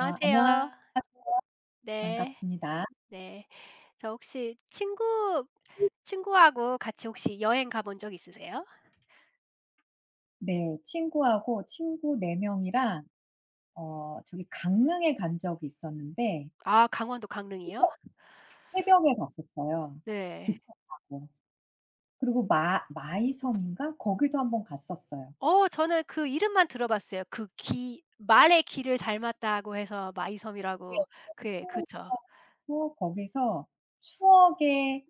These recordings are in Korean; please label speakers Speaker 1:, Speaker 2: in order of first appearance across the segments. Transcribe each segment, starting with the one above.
Speaker 1: 안녕하 세요.
Speaker 2: 네.
Speaker 1: 반갑습니다.
Speaker 2: 네. 저 혹시 친구하고 같이 혹시 여행 가본 적 있으세요?
Speaker 1: 네. 친구하고 친구 4 명이랑 저기 강릉에 간 적이 있었는데
Speaker 2: 아 강원도 강릉이요?
Speaker 1: 새벽에 갔었어요,
Speaker 2: 네.
Speaker 1: 기차 타고. 그리고 마 마이섬인가 거기도 한 번 갔었어요.
Speaker 2: 어 저는 그 이름만 들어봤어요. 그 기 말의 기를 닮았다고 해서
Speaker 1: 예.
Speaker 2: 마이섬이라고.
Speaker 1: 거기
Speaker 2: 그 예
Speaker 1: 친구들이랑
Speaker 2: 그쵸.
Speaker 1: 가서 거기서 추억의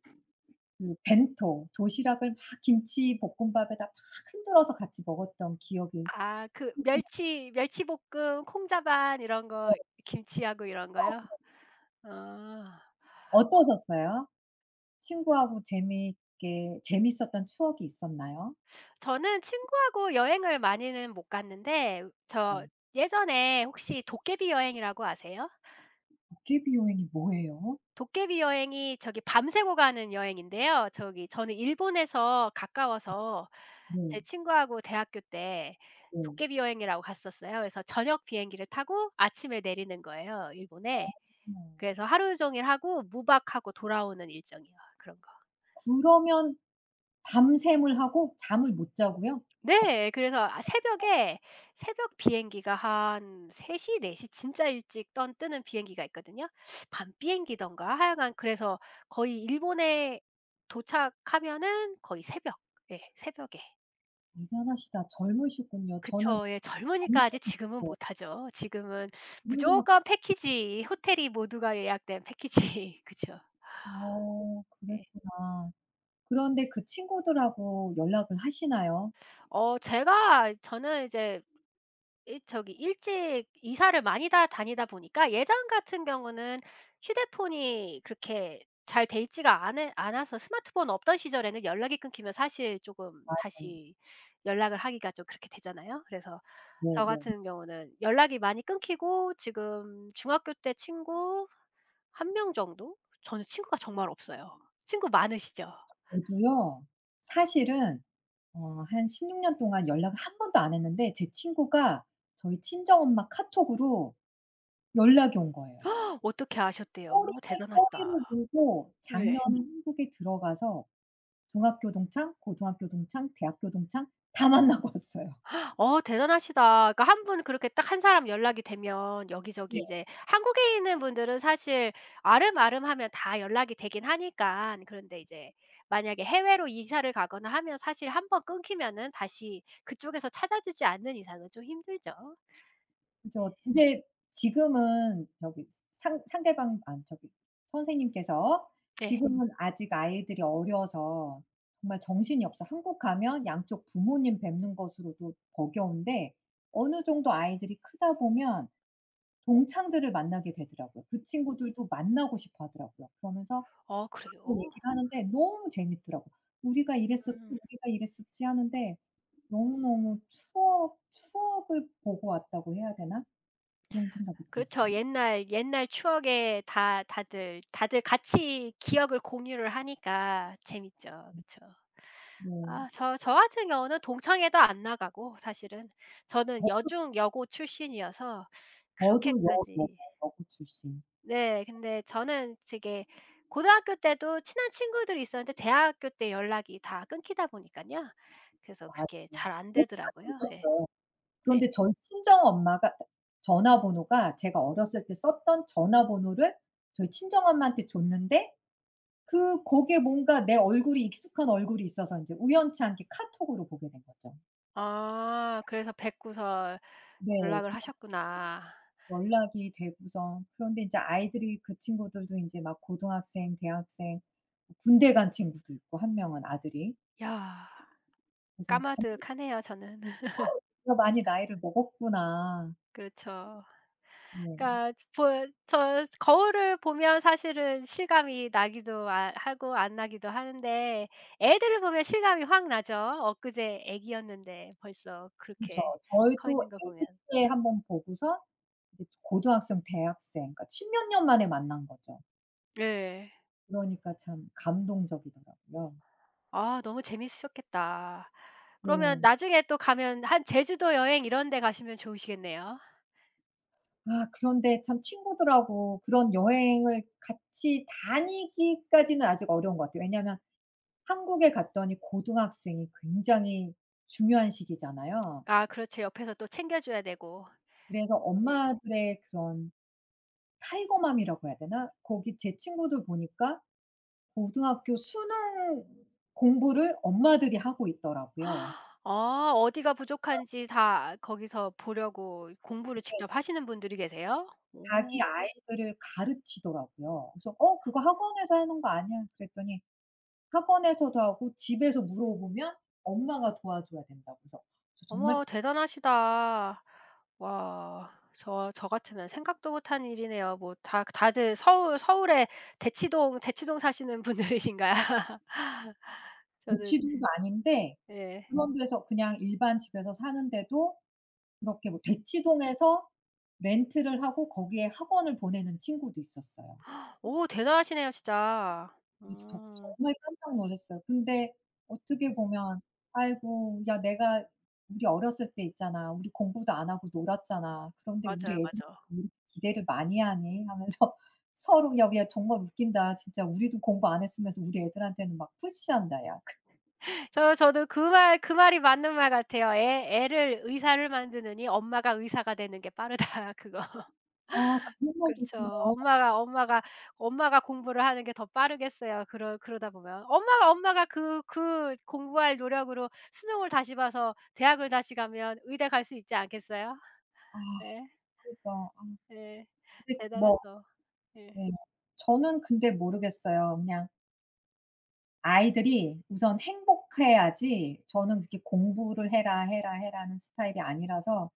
Speaker 1: 그 벤토 도시락을 막 김치 볶음밥에다 막 흔들어서 같이 먹었던 기억이.
Speaker 2: 아 그 멸치볶음 콩자반 이런 거 김치하고 이런 거요? 어.
Speaker 1: 어떠셨어요? 친구하고 재미있게 재미있었던 추억이 있었나요?
Speaker 2: 저는 친구하고 여행을 많이는 못 갔는데 저
Speaker 1: 네.
Speaker 2: 예전에 혹시 도깨비 여행이라고 아세요?
Speaker 1: d 비 여행이 뭐예요?
Speaker 2: 도깨비 여행이 저기 밤새고 가는 여행인데요. 저기 저는 일본에서 가까워서
Speaker 1: 네.
Speaker 2: 제 친구하고 대학교 때
Speaker 1: 네.
Speaker 2: 도깨비 여행이라고 갔었어요. 그래서 저녁 비행기를 타고 아침에 내리는 거예요, 일본에.
Speaker 1: 어.
Speaker 2: 그래서 하루 종일 하고 무박하고 돌아오는 일정이요. 그런 거.
Speaker 1: 그러면 밤샘을 하고 잠을 못 자고요? 갑
Speaker 2: 네. 그래서 아 새벽에 새벽 비행기가 한 3시 시, 4시 진짜 일찍 떤 뜨는 비행기가 있거든요. 밤 비행기든가 하여간 그래서 거의 일본에 도착하면은 거의 새벽, 예 새벽에.
Speaker 1: 대단하시다. 젊으시군요. 저는
Speaker 2: 그쵸. 예 젊으니까
Speaker 1: 밤샘을
Speaker 2: 아직
Speaker 1: 못
Speaker 2: 지금은
Speaker 1: 자요.
Speaker 2: 못하죠. 지금은
Speaker 1: 그러기만.
Speaker 2: 무조건 패키지, 호텔이 모두가 예약된 패키지. 그죠.
Speaker 1: 어,
Speaker 2: 네.
Speaker 1: 그랬구나. 그런데 그 친구들하고 연락을 하시나요?
Speaker 2: 어 제가 저는 이제 이 저기 일찍 이사를 많이 다 다니다 보니까 예전 같은 경우는 휴대폰이 그렇게 잘 돼 있지가 않으 않아서, 스마트폰 없던 시절에는 연락이 끊기면 사실 쪼금
Speaker 1: 맞아요.
Speaker 2: 다시 연락을 하기가 좀 그렇게 되잖아요. 그래서 저
Speaker 1: 네네.
Speaker 2: 같은 경우는 연락이 많이 끊기고, 지금 중학교 때 친구 한 명 정도? 저는 친구가 정말 없어요. 친구 많으시죠?
Speaker 1: 저도요. 사실은 한 16년 동안 연락을 한 번도 안 했는데 제 친구가 저희 친정엄마 카톡으로 연락이 온 거예요.
Speaker 2: 어떻게 아셨대요?
Speaker 1: 꼬리에
Speaker 2: 어, 대단하시다.
Speaker 1: 꼬리를 물고
Speaker 2: 네.
Speaker 1: 작년에 한국에 들어가서 중학교 동창, 고등학교 동창, 대학교 동창 다 만나고 왔어요.
Speaker 2: 어 대단하시다. 그러니까 한 분 그렇게 딱 한 사람 연락이 되면
Speaker 1: 네.
Speaker 2: 여기저기, 이제 한국에 있는 분들은 사실 아름아름하면 다 연락이 되긴 하니깐. 그런데 이제 만약에 해외로 이사를 가거나 하면 사실 한번 끊기면은 다시 그쪽에서 찾아주지 않는 이상은 좀 힘들죠.
Speaker 1: 그래서
Speaker 2: 네.
Speaker 1: 인제 지금은 저기 상 상대방 아 저기 선생님께서
Speaker 2: 네.
Speaker 1: 지금은 아직 아이들이 어려서 정말 정신이 없어 한국 가면 양쪽 부모님 뵙는 것으로도 버거운데 어느 정도 아이들이 크다 보면 동창들을 만나게 되더라고요. 그 친구들도 만나고 싶어 하더라고요. 그러면서
Speaker 2: 어 그래요?
Speaker 1: 과거 얘기를 하는데 너무 재밌더라고요. "우리가 이랬었지,
Speaker 2: 음.
Speaker 1: 우리가 이랬었지." 하는데 너무너무 추억 추억을 보고 왔다고 해야 되나? 그런 생각이 들었어요.
Speaker 2: 그렇죠. 옛날 옛날 추억에 다 다들 다들 같이 기억을 공유를 하니까 재밌죠. 그쵸.
Speaker 1: 네.
Speaker 2: 아 저 같은 경우는 동창회도 안 나가고, 사실은 저는
Speaker 1: 저도.
Speaker 2: 여중 여고 출신이어서
Speaker 1: 저도 여 여고
Speaker 2: 그렇게까지.
Speaker 1: 여고 출신.
Speaker 2: 네 근데 저는 되게 고등학교 때도 친한 친구들이 있었는데 대학교 때 연락이 다 끊기다 보니까요, 그래서
Speaker 1: 맞아요.
Speaker 2: 그렇게 잘 안
Speaker 1: 그래서
Speaker 2: 되더라고요.
Speaker 1: 자주
Speaker 2: 예. 네.
Speaker 1: 웃었어요.
Speaker 2: 네.
Speaker 1: 그런데 저희 친정엄마가 그러니까 전화번호가 제가 어렸을 때 썼던 전화번호를 저희 친정엄마한테 줬는데 그 거기에 뭔가 내 얼굴이 익숙한 얼굴이 있어서 인제 우연치 않게 카톡으로 보게 된 거죠.
Speaker 2: 아 그래서 뵙고서
Speaker 1: 네.
Speaker 2: 연락을
Speaker 1: 그래서
Speaker 2: 하셨구나.
Speaker 1: 연락이 되고서 그런데 인제 아이들이 그 친구들도 인제 막 고등학생, 대학생, 뭐 군대 간 친구도 있고 한 명은 아들이.
Speaker 2: 야
Speaker 1: 그래서 인제 참
Speaker 2: 까마득하네요 저는.
Speaker 1: '내가 많이 나이를 먹었구나.'
Speaker 2: 그렇죠.
Speaker 1: 네.
Speaker 2: 그러니까 보 저 거울을 보면 사실은 실감이 나기도 아 하고 안 나기도 하는데, 애들을 보면 실감이 확 나죠. 엊그제 애기였는데 벌써
Speaker 1: 그죠.
Speaker 2: 그렇게 커
Speaker 1: 저희도
Speaker 2: 있는 거 보면.
Speaker 1: 아기 때 한번 보고서 이제 고등학생, 대학생 그러니까 10몇 년 만에 만난 거죠.
Speaker 2: 네.
Speaker 1: 그러니까 참 감동적이더라고요.
Speaker 2: 아 너무 재밌었겠다. 그러면
Speaker 1: 네.
Speaker 2: 나중에 또 가면 한 제주도 여행 이런 데 가시면 좋으시겠네요.
Speaker 1: 아 그런데 참 친구들하고 그런 여행을 같이 다니기까지는 아직 어려운 것 같아요. 왜냐하면 한국에 갔더니 고등학생이 굉장히 중요한 시기잖아요.
Speaker 2: 아 그렇지, 옆에서 또 챙겨 줘야 되고.
Speaker 1: 그래서
Speaker 2: 예.
Speaker 1: 엄마들의 그런 타이거맘이라고 해야 되나? 거기 제 친구들 보니까 고등학교 수능 공부를 엄마들이 하고 있더라고요.
Speaker 2: 아 어디가 부족한지 다 거기서 보려고 공부를 직접 하시는 분들이 계세요?
Speaker 1: 자기
Speaker 2: 오.
Speaker 1: 아이들을 가르치더라고요. 그래서 "어 그거 학원에서 하는 거 아니야?" 그랬더니 학원에서도 하고 집에서 물어보면 엄마가 도와줘야 된다고 해서 저 정말.
Speaker 2: 어머 대단하시다. 와. 저 같으면 생각도 못한 일이네요. 뭐 다 다들 서울에 대치동 사시는 분들이신가요? 저는
Speaker 1: 무치동도 아닌데
Speaker 2: 예.
Speaker 1: 그런 데서 그냥 일반 집에서 사는데도 그렇게 뭐 대치동에서 렌트를 하고 거기에 학원을 보내는 친구도 있었어요.
Speaker 2: 오 대단하시네요 진짜.
Speaker 1: 이 저
Speaker 2: 음.
Speaker 1: 정말 깜짝 놀랐어요. 근데 어떻게 보면 '아이고 야 내가 우리 어렸을 때 있잖아. 우리 공부도 안 하고 놀았잖아. 그런데 우리
Speaker 2: 맞아요,
Speaker 1: 애들이
Speaker 2: 맞아.
Speaker 1: 왜 이렇게 기대를 많이 하니?' 하면서 서로 "야 야 정말 웃긴다. 진짜 우리도 공부 안 했으면서 우리 애들한테는 막 푸시한다 야." 그,
Speaker 2: 저도 그 말 그 말이 맞는 말 같아요. "애 애를 의사를 만드느니 엄마가 의사가 되는 게 빠르다." 그거.
Speaker 1: 아 그런 말도
Speaker 2: 그렇죠.
Speaker 1: 있
Speaker 2: 엄마가 엄마가 공부를 하는 게 더 빠르겠어요. 그러다 보면. 엄마가 엄마가 그 공부할 노력으로 수능을 다시 봐서 대학을 다시 가면 의대 갈 수 있지 않겠어요?
Speaker 1: 아
Speaker 2: 네.
Speaker 1: 그러니까 아
Speaker 2: 네.
Speaker 1: 근데 뭐.
Speaker 2: 대단하죠. 예.
Speaker 1: 네. 저는 근데 모르겠어요. 그냥 아이들이 우선 행복해야지 저는 그렇게 공부를 해라, 해라, 해라는 스타일이 아니라서.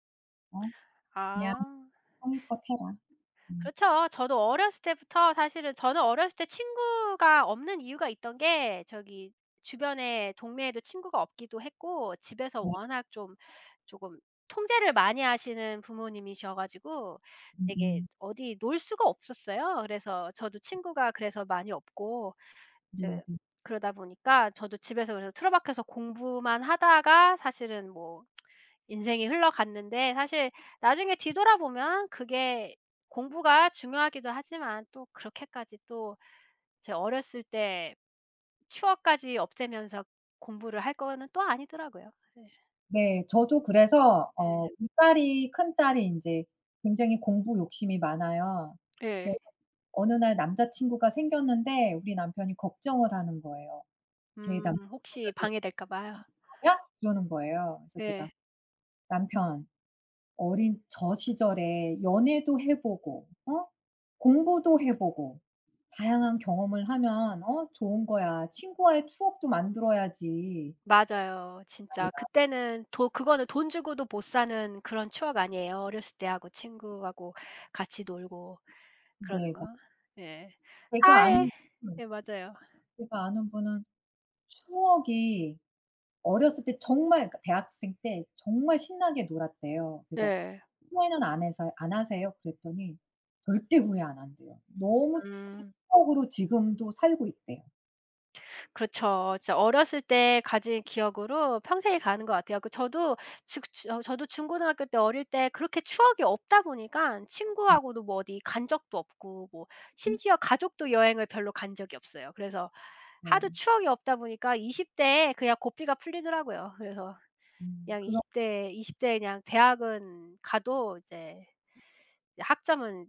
Speaker 1: 어 그냥
Speaker 2: 아.
Speaker 1: 성의껏 해라. 음.
Speaker 2: 그렇죠. 저도 어렸을 때부터 사실은, 저는 어렸을 때 친구가 없는 이유가 있던 게 저기 주변에 동네에도 친구가 없기도 했고, 집에서
Speaker 1: 네.
Speaker 2: 워낙 좀 조금 통제를 많이 하시는 부모님이셔 가지고 되게
Speaker 1: 음음.
Speaker 2: 어디 놀 수가 없었어요. 그래서 저도 친구가 그래서 많이 없고.
Speaker 1: 네네.
Speaker 2: 이제 그러다 보니까 저도 집에서 그래서 틀어박혀서 공부만 하다가, 사실은 뭐 인생이 흘러갔는데, 사실 나중에 뒤돌아보면 그게 공부가 중요하기도 하지만 또 그렇게까지 또 제 어렸을 때 추억까지 없애면서 공부를 할 거는 또 아니더라고요. 예.
Speaker 1: 네. 저도 그래서
Speaker 2: 예.
Speaker 1: 이 딸이 큰딸이 인제 굉장히 공부 욕심이 많아요.
Speaker 2: 예.
Speaker 1: 그래서 어느 날 남자 친구가 생겼는데 우리 남편이 걱정을 하는 거예요. "제 남자 친구가
Speaker 2: 혹시
Speaker 1: 그렇게
Speaker 2: 방해될까 봐요.
Speaker 1: 하는 거야?" 그러는 거예요. 그래서 제가
Speaker 2: 예.
Speaker 1: "남편 어린 저 시절에 연애도 해 보고 공부도 해 보고 다양한 경험을 하면 좋은 거야. 친구와의 추억도 만들어야지.
Speaker 2: 맞아요. 진짜 그때는 도 그거는 돈 주고도 못 사는 그런 추억 아니에요. 어렸을 때 하고 친구하고 같이 놀고 그러는
Speaker 1: 네.
Speaker 2: 거.
Speaker 1: 막
Speaker 2: 예.
Speaker 1: 제가
Speaker 2: 사회.
Speaker 1: 아는 분,
Speaker 2: 예 맞아요.
Speaker 1: 제가 아는 분은 추억이 어렸을 때 정말 그러니까 대학생 때 정말 신나게 놀았대요. 그래서
Speaker 2: 네.
Speaker 1: "후회는 안 해서 안 하세요?" 그랬더니 절대 후회 안 한대요. 너무 그
Speaker 2: 음.
Speaker 1: 추억으로 지금도 살고 있대요.
Speaker 2: 그렇죠. 진짜 어렸을 때 가진 기억으로 평생이 가는 것 같아요. 그 저도 주 저도 중고등학교 때 어릴 때 그렇게 추억이 없다 보니까 친구하고도 뭐 어디 간 적도 없고, 뭐
Speaker 1: 음.
Speaker 2: 심지어 가족도 여행을 별로 간 적이 없어요. 그래서 하도
Speaker 1: 네.
Speaker 2: 추억이 없다 보니까 20대 대에 그냥 고삐가 풀리더라고요. 그래서 그냥
Speaker 1: 그런.
Speaker 2: 20대 20 대에 그냥 대학은 가도 이제 이제 학점은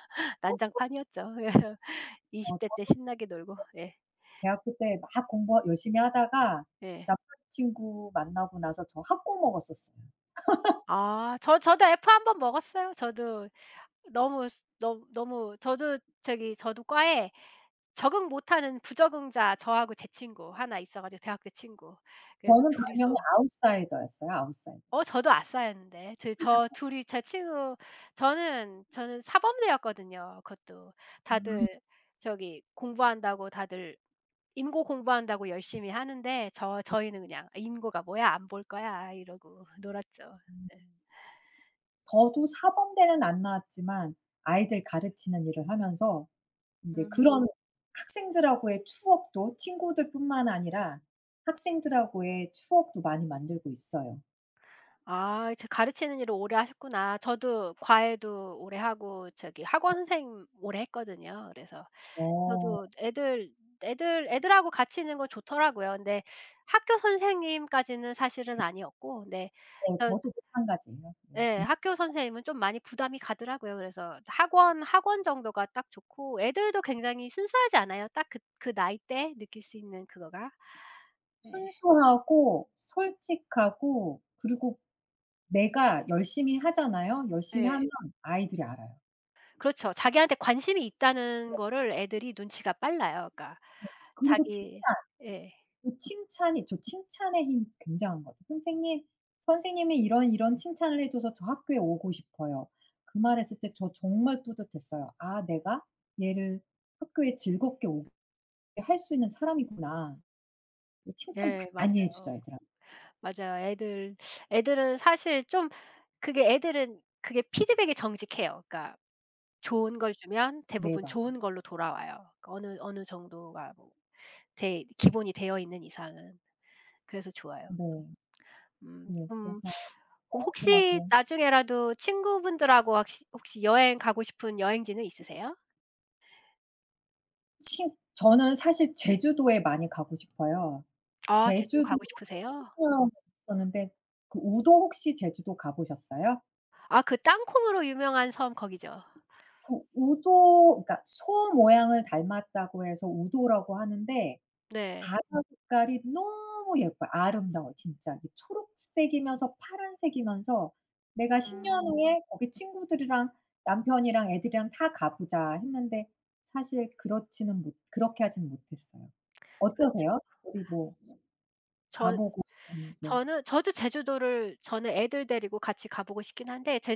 Speaker 2: 난장판이었죠. 20대 때
Speaker 1: 저도
Speaker 2: 신나게 놀고. 예.
Speaker 1: 대학교 때 막 공부 열심히 하다가
Speaker 2: 예.
Speaker 1: 남자친구 만나고 나서 저 학고 먹었었어요.
Speaker 2: 아 저도 F 한번 먹었어요. 저도 너무 너무 저도 저기 저도 과에 적응 못하는 부적응자 저하고 제 친구 하나 있어 가지고, 대학 때 친구. 그래서
Speaker 1: 저는
Speaker 2: 둘
Speaker 1: 분명히
Speaker 2: 이서
Speaker 1: 아웃사이더였어요, 아웃사이더.
Speaker 2: 어 저도 아싸였는데. 저저이제 친구 저는 사범대였거든요 그것도.
Speaker 1: 아.
Speaker 2: 다들 저기 공부한다고 다들 인고 공부한다고 열심히 하는데, 저희는 그냥 아, '인고가 뭐야 안 볼 거야.' 이러고 놀았죠. 네.
Speaker 1: 음. 저도 사범대는 안 나왔지만 아이들 가르치는 일을 하면서 인제
Speaker 2: 음.
Speaker 1: 그런 학생들하고의 추억도 친구들뿐만 아니라 학생들하고의 추억도 많이 만들고 있어요.
Speaker 2: 아 제 가르치는 일을 오래 하셨구나. 저도 과외도 오래 하고 저기 학원 선생님 오래 했거든요. 그래서
Speaker 1: 어
Speaker 2: 저도 애들 애들하고 같이 있는 거 좋더라고요. 근데 학교 선생님까지는 사실은 아니었고. 네.
Speaker 1: 네.
Speaker 2: 저
Speaker 1: 저도 마찬가지예요.
Speaker 2: 예
Speaker 1: 네.
Speaker 2: 학교 선생님은 좀 많이 부담이 가더라고요. 그래서 학원, 학원 정도가 딱 좋고, 애들도 굉장히 순수하지 않아요. 딱 그 나이 때 느낄 수 있는 그거가. 네.
Speaker 1: 순수하고 솔직하고 그리고 내가 열심히 하잖아요. 열심히
Speaker 2: 예.
Speaker 1: 하면 아이들이 알아요.
Speaker 2: 그렇죠. 자기한테 관심이 있다는 거를 애들이 눈치가 빨라요. 그러니까
Speaker 1: 그리고 칭
Speaker 2: 자기. 예.
Speaker 1: 그 칭찬이 저 칭찬의 힘이 굉장한 것 같아요. "선생님, 선생님이 이런 이런 칭찬을 해 줘서 저 학교에 오고 싶어요." 그 말했을 때 저 정말 뿌듯했어요. '아 내가 얘를 학교에 즐겁게 오게 할 수 있는 사람이구나.' 이 칭찬
Speaker 2: 예
Speaker 1: 많이 해 주죠
Speaker 2: 맞아요.
Speaker 1: 애들한테.
Speaker 2: 맞아요. 애들은 사실 좀 그게, 애들은 그게 피드백이 정직해요. 그러니까 좋은 걸 주면
Speaker 1: 네
Speaker 2: 대부분
Speaker 1: 맞아요.
Speaker 2: 좋은 걸로 돌아와요. 그러니까 어느 정도가 뭐 제 기본이 되어 있는 이상은. 그래서 좋아요.
Speaker 1: 네.
Speaker 2: 그래서 음
Speaker 1: 네
Speaker 2: 음
Speaker 1: 그래서
Speaker 2: 혹시
Speaker 1: 애들하고
Speaker 2: 나중에라도 친구분들하고 혹시 혹시 여행 가고 싶은 여행지는 있으세요?
Speaker 1: 친. 저는 사실 제주도에 많이 가고 싶어요.
Speaker 2: 아 제주도
Speaker 1: 제주도
Speaker 2: 가고 싶으세요?
Speaker 1: 소0년 있었는데 그 우도 혹시 제주도 가 보셨어요?
Speaker 2: 아 그 땅콩으로 유명한 섬 거기죠.
Speaker 1: 그 우도 그러니까 소 모양을 닮았다고 해서 우도라고 하는데
Speaker 2: 네.
Speaker 1: 바다 색깔이 너무 예뻐요. 아름다워 진짜. 이게 초록색이면서 파란색이면서 내가 10년
Speaker 2: 음.
Speaker 1: 후에 거기 친구들이랑 남편이랑 애들이랑 다 가 보자 했는데 사실 그렇지는 못 그렇게 하진 못했어요.
Speaker 2: 그렇죠.
Speaker 1: 어떠세요? 어디 뭐 가
Speaker 2: 저
Speaker 1: 보고 싶은 뭐
Speaker 2: 저는 저도 제주도를, 저는 애들 데리고 같이 가 보고 싶긴 한데 제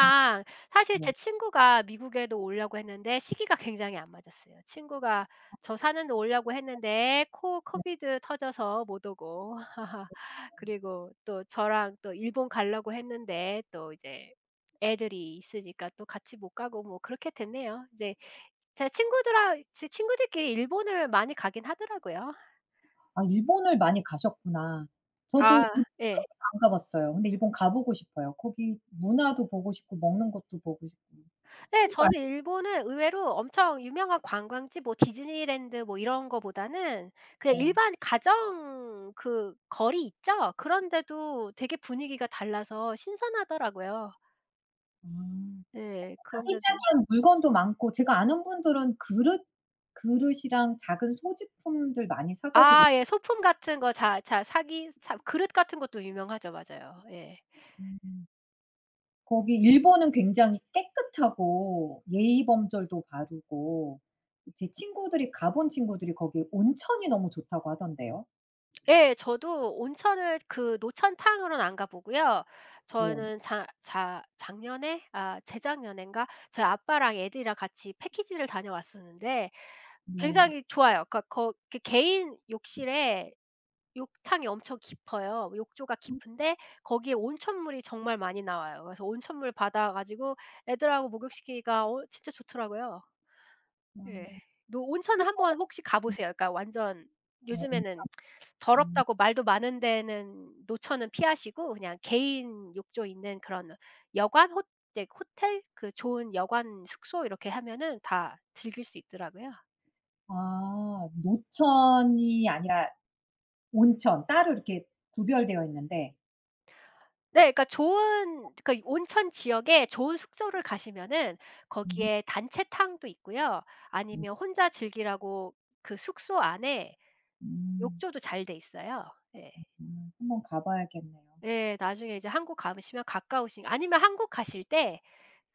Speaker 1: 음
Speaker 2: 사실 제
Speaker 1: 뭐
Speaker 2: 친구가 미국에도 오려고 했는데 시기가 굉장히 안 맞았어요. 친구가 저 사는 데 오려고 했는데 코
Speaker 1: 네.
Speaker 2: 코비드 터져서 못 오고. 그리고 또 저랑 또 일본 가려고 했는데 또 이제 애들이 있으니까 또 같이 못 가고, 뭐 그렇게 됐네요. 이제 제 친구들끼리 일본을 많이 가긴 하더라고요.
Speaker 1: 아 일본을 많이 가셨구나. 저도
Speaker 2: 아. 예.
Speaker 1: 한국도 안 가 봤어요. 근데 일본 가 보고 싶어요. 거기 문화도 보고 싶고 먹는 것도 보고 싶고.
Speaker 2: 네,
Speaker 1: 한국도
Speaker 2: 저는 일본은 의외로 엄청 유명한 관광지 뭐 디즈니랜드 뭐 이런 거보다는 그냥
Speaker 1: 아닌데.
Speaker 2: 일반 가정 그 거리 있죠? 그런 데도 되게 분위기가 달라서 신선하더라고요.
Speaker 1: 아.
Speaker 2: 예. 그런데도
Speaker 1: 아기자기한 물건도 많고 제가 아는 분들은 그릇 그릇이랑 작은 소지품들 많이 사 가지고
Speaker 2: 아 예. 소품 같은 거 자 자 사기 사 그릇 같은 것도 유명하죠. 맞아요. 예.
Speaker 1: 음. 거기 일본은 굉장히 깨끗하고 예의범절도 바르고 제 친구들이 가본 친구들이 거기 온천이 너무 좋다고 하던데요.
Speaker 2: 예. 저도 온천을 그 노천탕으로는 안 가 보고요.
Speaker 1: 네.
Speaker 2: 저는 자 자 작년에 아 재작년엔가 저희 아빠랑 애들이랑 같이 패키지를 다녀왔었는데
Speaker 1: 네.
Speaker 2: 굉장히 좋아요. 그러니까 거 그 개인 욕실에 욕탕이 엄청 깊어요. 욕조가 깊은데 거기에 온천물이 정말 많이 나와요. 그래서 온천물 받아 가지고 애들하고 목욕시키기가 어 진짜 좋더라고요.
Speaker 1: 아.
Speaker 2: 예. 노 온천은 한번 혹시 가
Speaker 1: 음.
Speaker 2: 보세요. 그러니까 완전
Speaker 1: 어 온천.
Speaker 2: 요즘에는
Speaker 1: 음.
Speaker 2: 더럽다고 말도 많은 데는 노천은 피하시고 그냥 개인 욕조 있는 그런 여관 호 네 호텔, 그 좋은 여관 숙소 이렇게 하면은 다 즐길 수 있더라고요.
Speaker 1: 아 노천이 아니라 온천 따로 이렇게 구별되어 있는데.
Speaker 2: 네. 그러니까 좋은, 그러니까 온천 지역에 좋은 숙소를 가시면은
Speaker 1: 음.
Speaker 2: 거기에 단체탕도 있고요.
Speaker 1: 음.
Speaker 2: 아니면 혼자 즐기라고 그 숙소 안에
Speaker 1: 음.
Speaker 2: 욕조도 잘 돼 있어요. 예.
Speaker 1: 한번 가 봐야겠네요.
Speaker 2: 예. 나중에 이제 한국 가시면 가까우신, 아니면 한국 가실 때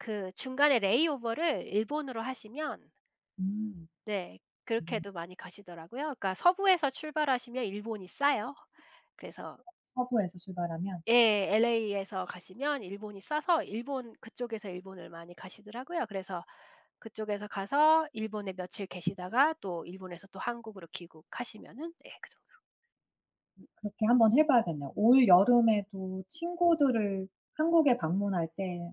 Speaker 2: 그 중간에 레이오버를 일본으로 하시면
Speaker 1: 음.
Speaker 2: 네
Speaker 1: 뭐
Speaker 2: 그렇게도 많이 가시더라고요. 그러니까 서부에서 출발하시면 일본이 싸요. 그래서
Speaker 1: 서부에서 출발하면.
Speaker 2: 예. LA에서 가시면 일본이 싸서 일본 그쪽에서 일본을 많이 가시더라고요. 그래서 그쪽에서 가서 일본에 며칠 계시다가 또 일본에서 또 한국으로 귀국하시면은 예 그 정도.
Speaker 1: 그렇게 한번 해 봐야겠네요. 올 여름에도 친구들을 한국에 방문할 때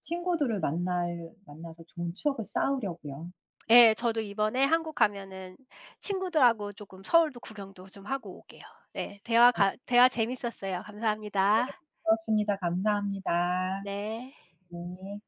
Speaker 1: 친구들을 만날 만나서 좋은 추억을 쌓으려고요.
Speaker 2: 예. 저도 이번에 한국 가면은 친구들하고 조금 서울도 구경도 좀 하고 올게요. 네,
Speaker 1: 네.
Speaker 2: 대화 재밌었어요. 감사합니다.
Speaker 1: 즐거웠습니다. 감사합니다.
Speaker 2: 네.
Speaker 1: 네.